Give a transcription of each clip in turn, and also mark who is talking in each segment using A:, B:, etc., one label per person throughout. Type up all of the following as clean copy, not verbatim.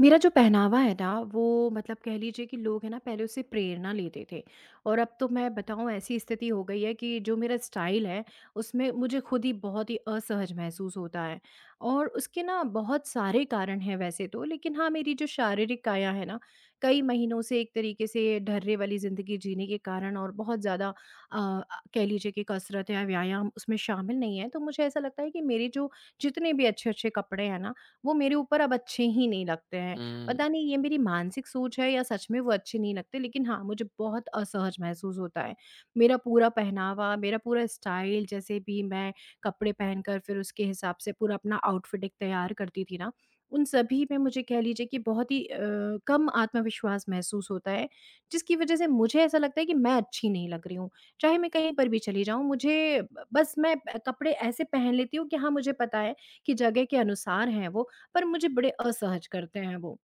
A: मेरा जो पहनावा है ना, वो मतलब कह लीजिए कि लोग है ना, पहले उससे प्रेरणा लेते थे। और अब तो मैं बताऊँ, ऐसी स्थिति हो गई है कि जो मेरा स्टाइल है, उसमें मुझे खुद ही बहुत ही असहज महसूस होता है। और उसके ना बहुत सारे कारण हैं वैसे तो, लेकिन हाँ, मेरी जो शारीरिक काया है ना, कई महीनों से एक तरीके से ढर्रे वाली ज़िंदगी जीने के कारण और बहुत ज़्यादा कह लीजिए कि कसरत या व्यायाम उसमें शामिल नहीं है, तो मुझे ऐसा लगता है कि मेरे जो जितने भी अच्छे अच्छे कपड़े हैं ना, वो मेरे ऊपर अब अच्छे ही नहीं लगते हैं।
B: हुँ,
A: पता नहीं, ये मेरी मानसिक सोच है या सच में वो अच्छे नहीं लगते, लेकिन हाँ, मुझे बहुत असहज महसूस होता है। मेरा पूरा पहनावा, मेरा पूरा स्टाइल, जैसे भी मैं कपड़े पहनकर फिर उसके हिसाब से पूरा अपना आउटफिट एक तैयार करती थी ना, उन सभी में मुझे कह लीजिए कि बहुत ही कम आत्मविश्वास महसूस होता है, जिसकी वजह से मुझे ऐसा लगता है कि मैं अच्छी नहीं लग रही हूँ। चाहे मैं कहीं पर भी चली जाऊँ, मुझे ब बस मैं प कपड़े ऐसे पहन लेती हूँ कि हाँ, मुझे पता है कि जगह के अनुसार हैं वो, पर मुझे बड़े असहज करते हैं वो।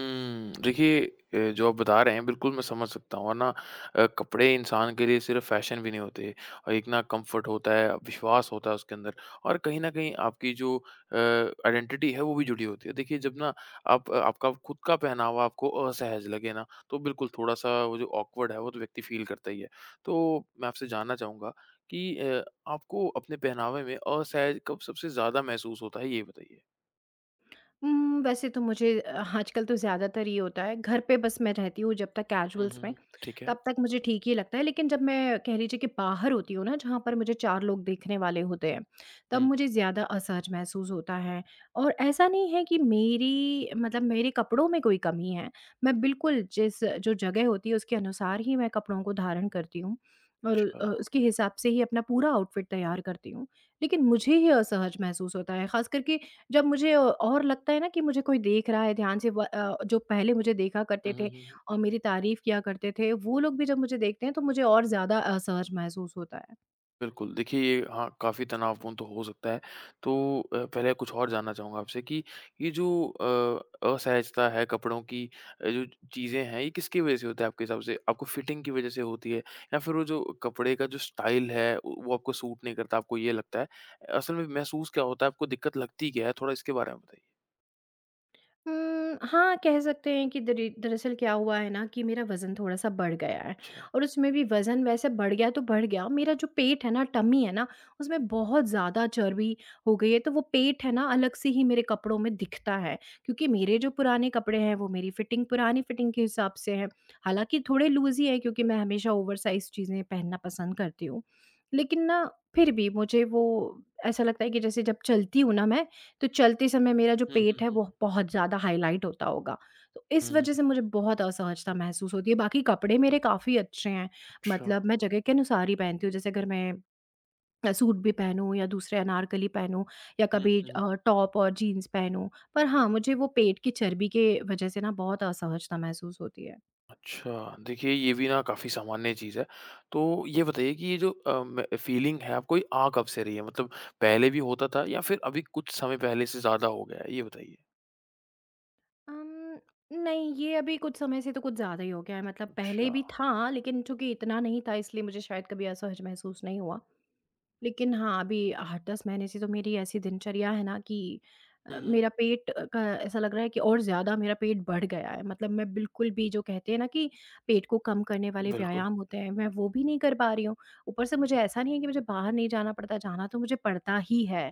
B: हुँ। देखिए, जो आप बता रहे हैं बिल्कुल मैं समझ सकता हूँ। और ना कपड़े इंसान के लिए सिर्फ़ फ़ैशन भी नहीं होते, और एक ना कम्फ़र्ट होता है, विश्वास होता है उसके अंदर, और कहीं न कहीं आपकी जो आइडेंटिटी है वो भी जुड़ी होती है। देखिए, जब ना आपका खुद का पहनावा आपको असहज लगे ना, तो बिल्कुल थोड़ा-सा वो जो ऑकवर्ड है वो तो व्यक्ति फ़ील करता ही है। तो मैं आपसे जानना चाहूँगा कि आपको अपने पहनावे में असहज कब सबसे ज़्यादा महसूस होता है, ये बताइए?
A: वैसे तो मुझे आजकल तो ज़्यादातर ये होता है, घर पे बस मैं रहती हूँ जब तक
B: हुँ,
A: कैजुअल्स
B: हुँ,
A: में,
B: हुँ। ठीक है।
A: तब तक मुझे ठीक ही लगता है। लेकिन जब मैं कह लीजिए कि बाहर होती हूँ ना, जहाँ पर मुझे 4 लोग देखने वाले होते हैं, तब
B: हुँ,
A: मुझे ज़्यादा असहज महसूस होता है। और ऐसा नहीं है कि मेरी मतलब मेरे कपड़ों में कोई कमी है, मैं बिल्कुल जिस जो जगह होती है, उसके अनुसार ही मैं कपड़ों को धारण करती हूँ और
B: अच्छा।
A: उसके हिसाब से ही अपना पूरा आउटफिट तैयार करती हूँ। लेकिन मुझे ही असहज महसूस होता है, ख़ास करके जब मुझे और लगता है ना कि मुझे कोई देख रहा है ध्यान से व जो पहले मुझे देखा
B: हुँ,
A: करते
B: हुँ,
A: थे
B: हुँ, हुँ।
A: और मेरी तारीफ़ किया करते थे, वो लोग भी जब मुझे देखते हैं तो मुझे और ज़्यादा असहज महसूस होता है।
B: बिल्कुल। देखिए, ये हाँ, काफ़ी तनावपूर्ण तो हो सकता है। तो पहले कुछ और जानना चाहूँगा आपसे कि ये जो असहजता है कपड़ों की, जो चीज़ें हैं, ये किसकी वज़ह से होता है आपके हिसाब से? आपको फिटिंग की वज़ह से होती है, या फिर वो जो कपड़े का जो स्टाइल है उ वो आपको सूट नहीं करता, आपको ये लगता है? असल में महसूस क्या होता है? आपको दिक्कत लगती क्या है? थोड़ा इसके बारे में बताइए।
A: हाँ, कह सकते हैं कि दरी दरअसल क्या हुआ है ना, कि मेरा वज़न थोड़ा-सा बढ़ गया है।
B: अच्छा।
A: और उसमें भी वज़न वैसे बढ़ गया तो बढ़ गया, मेरा जो पेट है ना, टमी है ना, उसमें बहुत ज़्यादा चर्बी हो गई है, तो वो पेट है ना अलग से ही मेरे कपड़ों में दिखता है क्योंकि मेरे जो पुराने कपड़े हैं, वो मेरी फिटिंग पुरानी फिटिंग के हिसाब से है। हालाँकि थोड़े लूज़ ही हैं, क्योंकि मैं हमेशा ओवरसाइज़ चीज़ें पहनना पसंद करती हूँ। लेकिन ना, फिर भी मुझे वो ऐसा लगता है कि जैसे जब चलती हूँ ना मैं, तो चलते समय मेरा जो
B: हुँ, हुँ,
A: पेट है,
B: हुँ।
A: वो बहुत ज़्यादा हाइलाइट होता होगा। तो इस
B: हुँ,
A: वज़ह से मुझे बहुत असहजता महसूस होती है, बाकी कपड़े मेरे काफ़ी अच्छे हैं,
B: अच्छा।
A: मतलब मैं जगह के अनुसार ही पहनती हूँ, जैसे अगर मैं सूट भी पहनूँ या दूसरे अनारकली पहनूँ या
B: हुँ,
A: कभी
B: हुँ।
A: टॉप और जीन्स पहनूँ। पर हाँ, मुझे वो पेट की चर्बी के वज़ह से ना बहुत असहजता महसूस होती है।
B: अच्छा, देखिए, ये भी ना काफ़ी सामान्य चीज़ है। तो ये बताइए कि ये जो अ, म फीलिंग है, आपको ये आ कब से रही है? मतलब पहले भी होता था या फिर अभी कुछ समय पहले से ज़्यादा हो गया है? ये बताइए।
A: अम, नहीं, ये अभी कुछ समय से तो कुछ ज़्यादा ही हो गया है, मतलब पहले
B: अच्छा।
A: भी था, लेकिन चूँकि इतना नहीं था, इसलिए मुझे शायद कभी असहज महसूस नहीं हुआ। लेकिन हाँ, अभी 8-10 महीने से तो मेरी ऐसी दिनचर्या है ना कि
B: हुँ, हुँ।
A: मेरा पेट अ, का ऐसा लग रहा है कि और ज़्यादा मेरा पेट बढ़ गया है। मतलब मैं बिल्कुल भी जो कहते हैं ना कि पेट को कम करने वाले
B: बिल्कुल।
A: व्यायाम होते हैं, मैं वो भी नहीं कर पा रही हूँ। ऊपर से मुझे ऐसा नहीं है कि मुझे बाहर नहीं जाना पड़ता, जाना तो मुझे पड़ता ही है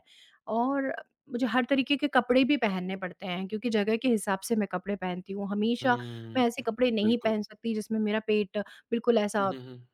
A: और मुझे हर तरीके के कपड़े भी पहनने पड़ते हैं क्योंकि जगह के हिसाब से मैं कपड़े पहनती हूँ। हमेशा
B: हुँ,
A: मैं ऐसे कपड़े नहीं
B: बिल्कुल।
A: पहन सकती जिसमें मेरा पेट बिल्कुल
B: हुँ,
A: ऐसा
B: हुँ, हुँ।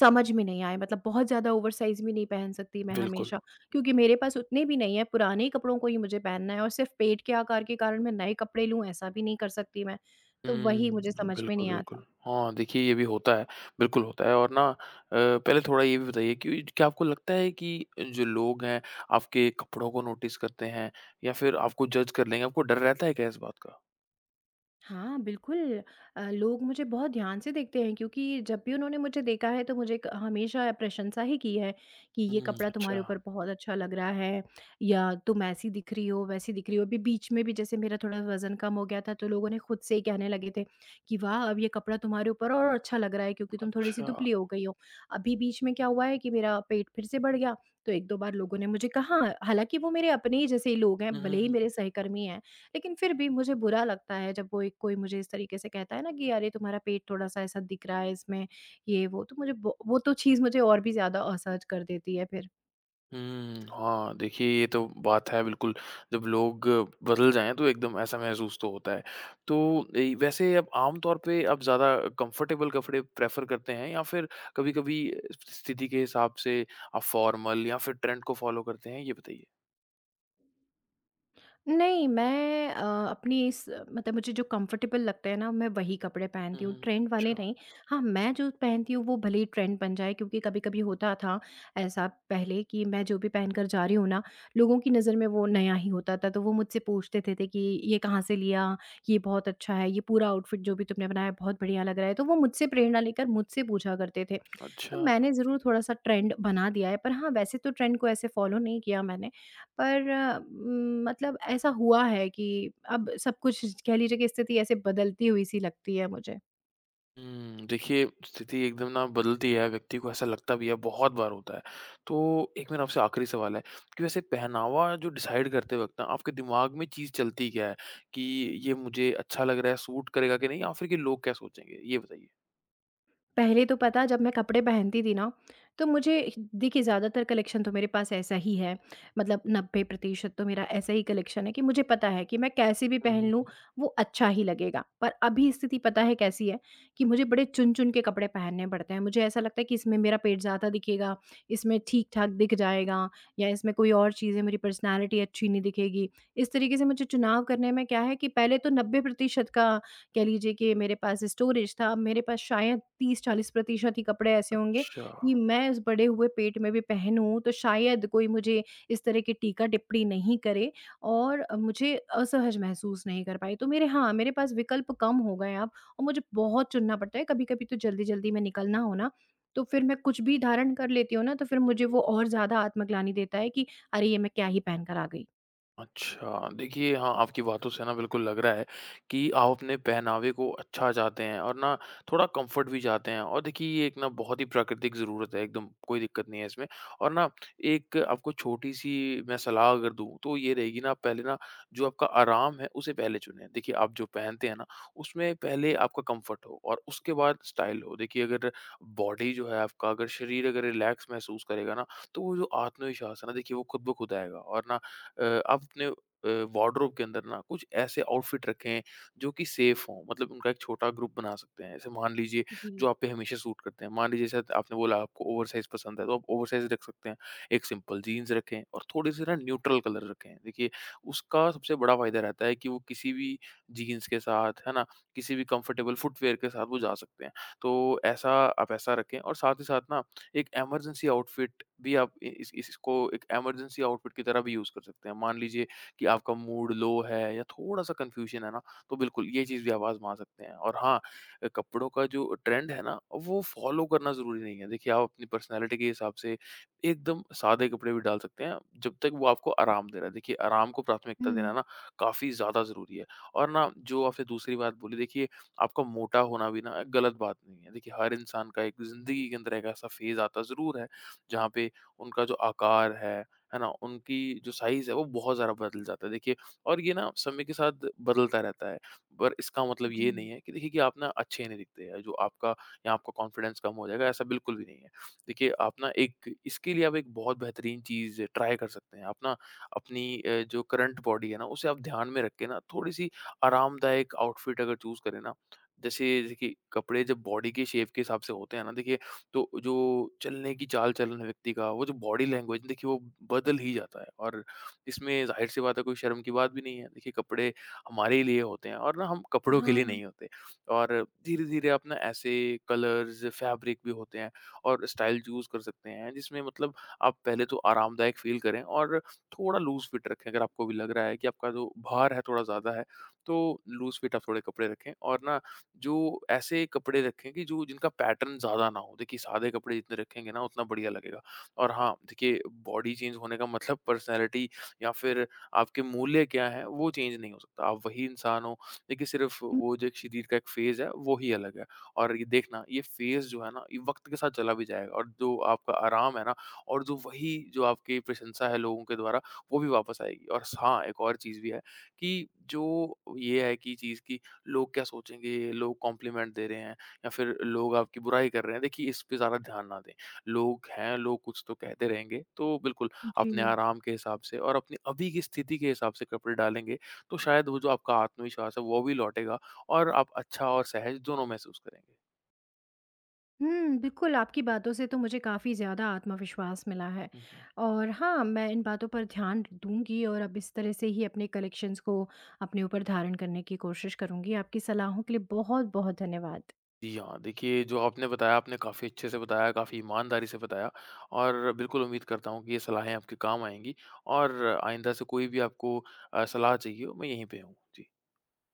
A: समझ में नहीं आए, मतलब बहुत ज़्यादा ओवरसाइज़ भी नहीं पहन सकती मैं
B: बिल्कुल।
A: हमेशा, क्योंकि मेरे पास उतने भी नहीं है, पुराने कपड़ों को ही मुझे पहनना है और सिर्फ़ पेट के आकार के कारण मैं नए कपड़े लूँ ऐसा भी नहीं कर सकती मैं, तो
B: हुँ,
A: वही मुझे समझ में
B: बिल्कुल,
A: नहीं आता।
B: बिल्कुल। हाँ, देखिए, ये भी होता है, बिल्कुल होता है। और ना पहले थोड़ा ये भी बताइए कि क्या आपको लगता है कि जो लोग हैं, आपके कपड़ों को नोटिस करते हैं, या फिर आपको जज कर लेंगे? आपको डर रहता है क्या इस बात का?
A: हाँ, बिल्कुल। लोग मुझे बहुत ध्यान से देखते हैं, क्योंकि जब भी उन्होंने मुझे देखा है तो मुझे क हमेशा प्रशंसा ही की है कि ये
B: हुँ,
A: कपड़ा
B: अच्छा,
A: तुम्हारे ऊपर बहुत अच्छा लग रहा है या तुम ऐसी दिख रही हो, वैसी दिख रही हो। अभी बीच में भी, जैसे मेरा थोड़ा वज़न कम हो गया था, तो लोगों ने खुद से ही कहने लगे थे कि वाह! अब ये कपड़ा तुम्हारे ऊपर और अच्छा लग रहा है, क्योंकि तुम थोड़ी-सी
B: अच्छा।
A: दुबली हो गई हो। अभी बीच में क्या हुआ है कि मेरा पेट फिर से बढ़ गया, तो 1-2 बार लोगों ने मुझे कहा, हालाँकि वो मेरे अपने ही जैसे ही लोग
B: हुँ,
A: हैं, भले
B: हुँ,
A: ही
B: हुँ।
A: मेरे सहकर्मी हैं। लेकिन फिर भी मुझे बुरा लगता है जब कोई कोई मुझे इस तरीके से कहता है ना कि अरे, तुम्हारा पेट थोड़ा-सा ऐसा दिख रहा है इसमें, ये वो। तो मुझे वो तो चीज़ मुझे और भी ज़्यादा असहज कर देती है फिर।
B: हुँ, हाँ, देखिए, ये तो बात है बिल्कुल। जब लोग बदल जाएँ, तो एकदम ऐसा महसूस तो होता है। तो ए वैसे अब आम तौर पे आप ज़्यादा कंफर्टेबल कपड़े प्रेफ़र करते हैं, या फिर कभी-कभी स्थिति के हिसाब से आप फॉर्मल या फिर ट्रेंड को फ़ॉलो करते हैं? ये बताइए।
A: नहीं, मैं अपनी इस, मतलब मुझे जो कंफर्टेबल लगता है ना, मैं वही कपड़े
B: हुँ,
A: पहनती हूँ,
B: हुँ।
A: ट्रेंड वाले
B: अच्छा,
A: नहीं। हाँ, मैं जो पहनती हूँ, वो भले ही ट्रेंड बन जाए, क्योंकि कभी-कभी होता था ऐसा पहले कि मैं जो भी पहनकर जा रही हूँ ना, लोगों की नज़र में वो नया ही होता था, तो वो मुझसे पूछते थे कि, "ये कहाँ से लिया? ये बहुत अच्छा है, ये पूरा आउटफिट जो भी तुमने बनाया, बहुत बढ़िया लग रहा है।" तो वो मुझसे प्रेरणा लेकर मुझसे पूछा करते थे। तो
B: अच्छा।
A: मैंने ज़रूर थोड़ा-सा ट्रेंड बना दिया है, पर हाँ, वैसे तो ट्रेंड को ऐसे फ़ॉलो नहीं किया मैंने। पर मतलब ऐसा हुआ है कि अब सब कुछ कह लीजिए कि स्थिति ऐसे बदलती हुई सी लगती है मुझे।
B: हुँ, देखिए, स्थिति एकदम ना बदलती है, व्यक्ति को ऐसा लगता भी है, बहुत बार होता है। तो एक मेरा आपसे आखिरी सवाल है कि वैसे पहनावा जो डिसाइड करते वक़्त ना आपके दिमाग में चीज़ चलती क्या है? कि ये मुझे अच्छा लग रहा है, सूट करेगा कि नहीं, या फिर कि लोग क्या सोचेंगे? ये बताइए।
A: पहले तो पता, जब मैं कपड़े पहनती थी ना, तो मुझे देखिए ज़्यादातर कलेक्शन तो मेरे पास ऐसा ही है, मतलब 90% तो मेरा ऐसा ही कलेक्शन है कि मुझे पता है कि मैं कैसे भी
B: हुँ,
A: पहन
B: हुँ,
A: लूँ,
B: हुँ।
A: वो अच्छा ही लगेगा। पर अभी स्थिति पता है कैसी है, कि मुझे बड़े चुन-चुन के कपड़े पहनने पड़ते हैं। मुझे ऐसा लगता है कि इसमें मेरा पेट ज़्यादा दिखेगा, इसमें ठीक-ठाक दिख जाएगा या इसमें कोई और चीज़ है, मेरी पर्सनैलिटी अच्छी नहीं दिखेगी। इस तरीके से मुझे चुनाव करने में क्या है कि पहले तो 90% का कह लीजिए कि मेरे पास स्टोरेज था, मेरे पास शायद 30-40% ही कपड़े ऐसे होंगे
B: अच्छा।
A: कि मैं इस बड़े हुए पेट में भी पहनूँ तो शायद कोई मुझे इस तरह की टीका-टिप्पणी नहीं करे और मुझे असहज महसूस नहीं कर पाई। तो मेरे हाँ, मेरे पास विकल्प कम हो गए अब और मुझे बहुत चुनना पड़ता है, कभी-कभी तो जल्दी-जल्दी में निकलना हो ना, तो फिर मैं कुछ भी धारण कर लेती हूँ ना, तो फिर मुझे वो और ज़्यादा आत्मग्लानि देता है कि अरे! ये मैं क्या ही पहन कर आ गई।
B: अच्छा, देखिए, हाँ, आपकी बातों से ना बिल्कुल लग रहा है कि आप अपने पहनावे को अच्छा चाहते हैं, और ना थोड़ा कम्फ़र्ट भी चाहते हैं, और देखिए, ये एक ना बहुत ही प्राकृतिक ज़रूरत है एकदम, कोई दिक्कत नहीं है इसमें। और ना एक आपको छोटी-सी मैं सलाह अगर दूँ, तो ये रहेगी ना, आप पहले ना जो आपका आराम है उसे पहले चुनें। देखिए, आप जो पहनते हैं ना, उसमें पहले आपका कम्फ़र्ट हो और उसके बाद स्टाइल हो। देखिए, अगर बॉडी जो है आपका, अगर शरीर अगर रिलैक्स महसूस करेगा ना, तो वो जो आत्मविश्वास है ना, देखिए, वो खुद ब खुद आएगा। और ना आप अपने वार्डरोब के अंदर ना कुछ ऐसे आउटफिट रखें जो कि सेफ हों, मतलब उनका एक छोटा ग्रुप बना सकते हैं। जैसे मान लीजिए, जो
A: जी।
B: आप पे हमेशा सूट करते हैं, मान लीजिए शायद आपने बोला आपको ओवरसाइज़ पसंद है, तो आप ओवरसाइज़ रख सकते हैं। एक सिंपल जीन्स रखें और थोड़े-से ना न्यूट्रल कलर रखें। देखिए, उसका सबसे बड़ा फ़ायदा रहता है कि वो किसी भी जीन्स के साथ, है ना, किसी भी कंफर्टेबल फुटवियर के साथ वो जा सकते हैं। तो ऐसा आप ऐसा रखें, और साथ ही साथ ना, एक इमरजेंसी आउटफिट भी आप इ इस इसको एक इमरजेंसी आउटफिट की तरह भी यूज़ कर सकते हैं। मान लीजिए कि आपका मूड लो है या थोड़ा-सा कन्फ्यूज़न है ना, तो बिल्कुल ये चीज़ भी आप आज़मा सकते हैं। और हाँ, कपड़ों का जो ट्रेंड है ना, वो फ़ॉलो करना ज़रूरी नहीं है। देखिए, आप अपनी पर्सनैलिटी के हिसाब से एकदम सादे कपड़े भी डाल सकते हैं, जब तक वो आपको आराम दे रहा है। देखिए, आराम को प्राथमिकता देना
A: हुँ,
B: ना काफ़ी ज़्यादा ज़रूरी है। और ना जो आपने दूसरी बात बोली, देखिए, आपका मोटा होना भी ना गलत बात नहीं है। देखिए, हर इंसान का एक ज़िंदगी के अंदर एक ऐसा फेज़ आता ज़रूर है, जहाँ पे उनका जो आकार है ना? उनकी जो साइज़ है वो बहुत ज़्यादा बदल जाता है, देखिए, और ये ना समय के साथ बदलता रहता है। पर इसका मतलब
A: जी।
B: ये नहीं है, कि देखिए, कि आप ना अच्छे नहीं दिखते, या जो आपका या आपका कॉन्फिडेंस कम हो जाएगा, ऐसा बिल्कुल भी नहीं है। देखिए, आप ना एक इसके लिए आप एक बहुत बेहतरीन चीज़ ट्राई कर सकते हैं। आप ना अपनी जो करंट बॉडी है ना, उसे आप ध्यान में रख के ना थोड़ी-सी आरामदायक आउटफिट अगर चूज़ करें ना, जैसे जैसे कि कपड़े जब बॉडी के शेप के हिसाब से होते हैं ना, देखिए, तो जो चलने की चाल चलन है व्यक्ति का, वो जो बॉडी लैंग्वेज, देखिए, वो बदल ही जाता है, और इसमें जाहिर सी बात है, कोई शर्म की बात भी नहीं है। देखिए, कपड़े हमारे लिए होते हैं, और ना हम कपड़ों के लिए
A: हाँ।
B: नहीं होते। और धीरे धीरे अपना ऐसे कलर्स फैब्रिक भी होते हैं, और स्टाइल चूज कर सकते हैं जिसमें मतलब आप पहले तो आरामदायक फील करें, और थोड़ा लूज फिट रखें। अगर आपको भी लग रहा है कि आपका जो भार है थोड़ा ज़्यादा है, तो लूज फिट आप थोड़े कपड़े रखें, और ना जो ऐसे कपड़े रखें कि जो जिनका पैटर्न ज़्यादा ना हो। देखिए, सादे कपड़े जितने रखेंगे ना उतना बढ़िया लगेगा। और हाँ, देखिए, बॉडी चेंज होने का मतलब पर्सनैलिटी या फिर आपके मूल्य क्या हैं, वो चेंज नहीं हो सकता। आप वही इंसान हो, देखिए, सिर्फ़
A: हुँ,
B: वो जो एक शरीर का एक फ़ेज़ है वो ही अलग है, और ये फ़ेज़ जो है ना, ये वक़्त के साथ चला भी जाएगा, और जो आपका आराम है ना, और जो आपकी प्रशंसा है लोगों के द्वारा, वो भी वापस आएगी। और स हाँ, एक और चीज़ भी है कि जो ये है कि चीज़ कि लोग क्या सोचेंगे, लोग कॉम्प्लीमेंट दे रहे हैं या फिर लोग आपकी बुराई कर रहे हैं, देखिए, इस पे ज़्यादा ध्यान ना दें। लोग हैं, लोग कुछ तो कहते रहेंगे। तो बिल्कुल अपने
A: जी।
B: आराम के हिसाब से, और अपनी अभी की स्थिति के हिसाब से कपड़े डालेंगे, तो शायद वो जो आपका आत्मविश्वास है वो भी लौटेगा, और आप अच्छा और सहज दोनों महसूस करेंगे।
A: हुँ, बिल्कुल, आपकी बातों से तो मुझे काफ़ी ज़्यादा आत्मविश्वास मिला है,
B: हुँ, हुँ।
A: और हाँ, मैं इन बातों पर ध्यान दूँगी और अब इस तरह से ही अपने कलेक्शंस को अपने ऊपर धारण करने की कोशिश करूँगी। आपकी सलाहों के लिए बहुत-बहुत धन्यवाद।
B: जी हाँ, देखिए, जो आपने बताया, आपने काफ़ी अच्छे से बताया, काफ़ी ईमानदारी से बताया, और बिल्कुल उम्मीद करता हूँ कि ये सलाहें आपके काम आएँगी। और आइंदा से कोई भी आपको सलाह चाहिए हो, मैं यहीं पे हूँ। जी।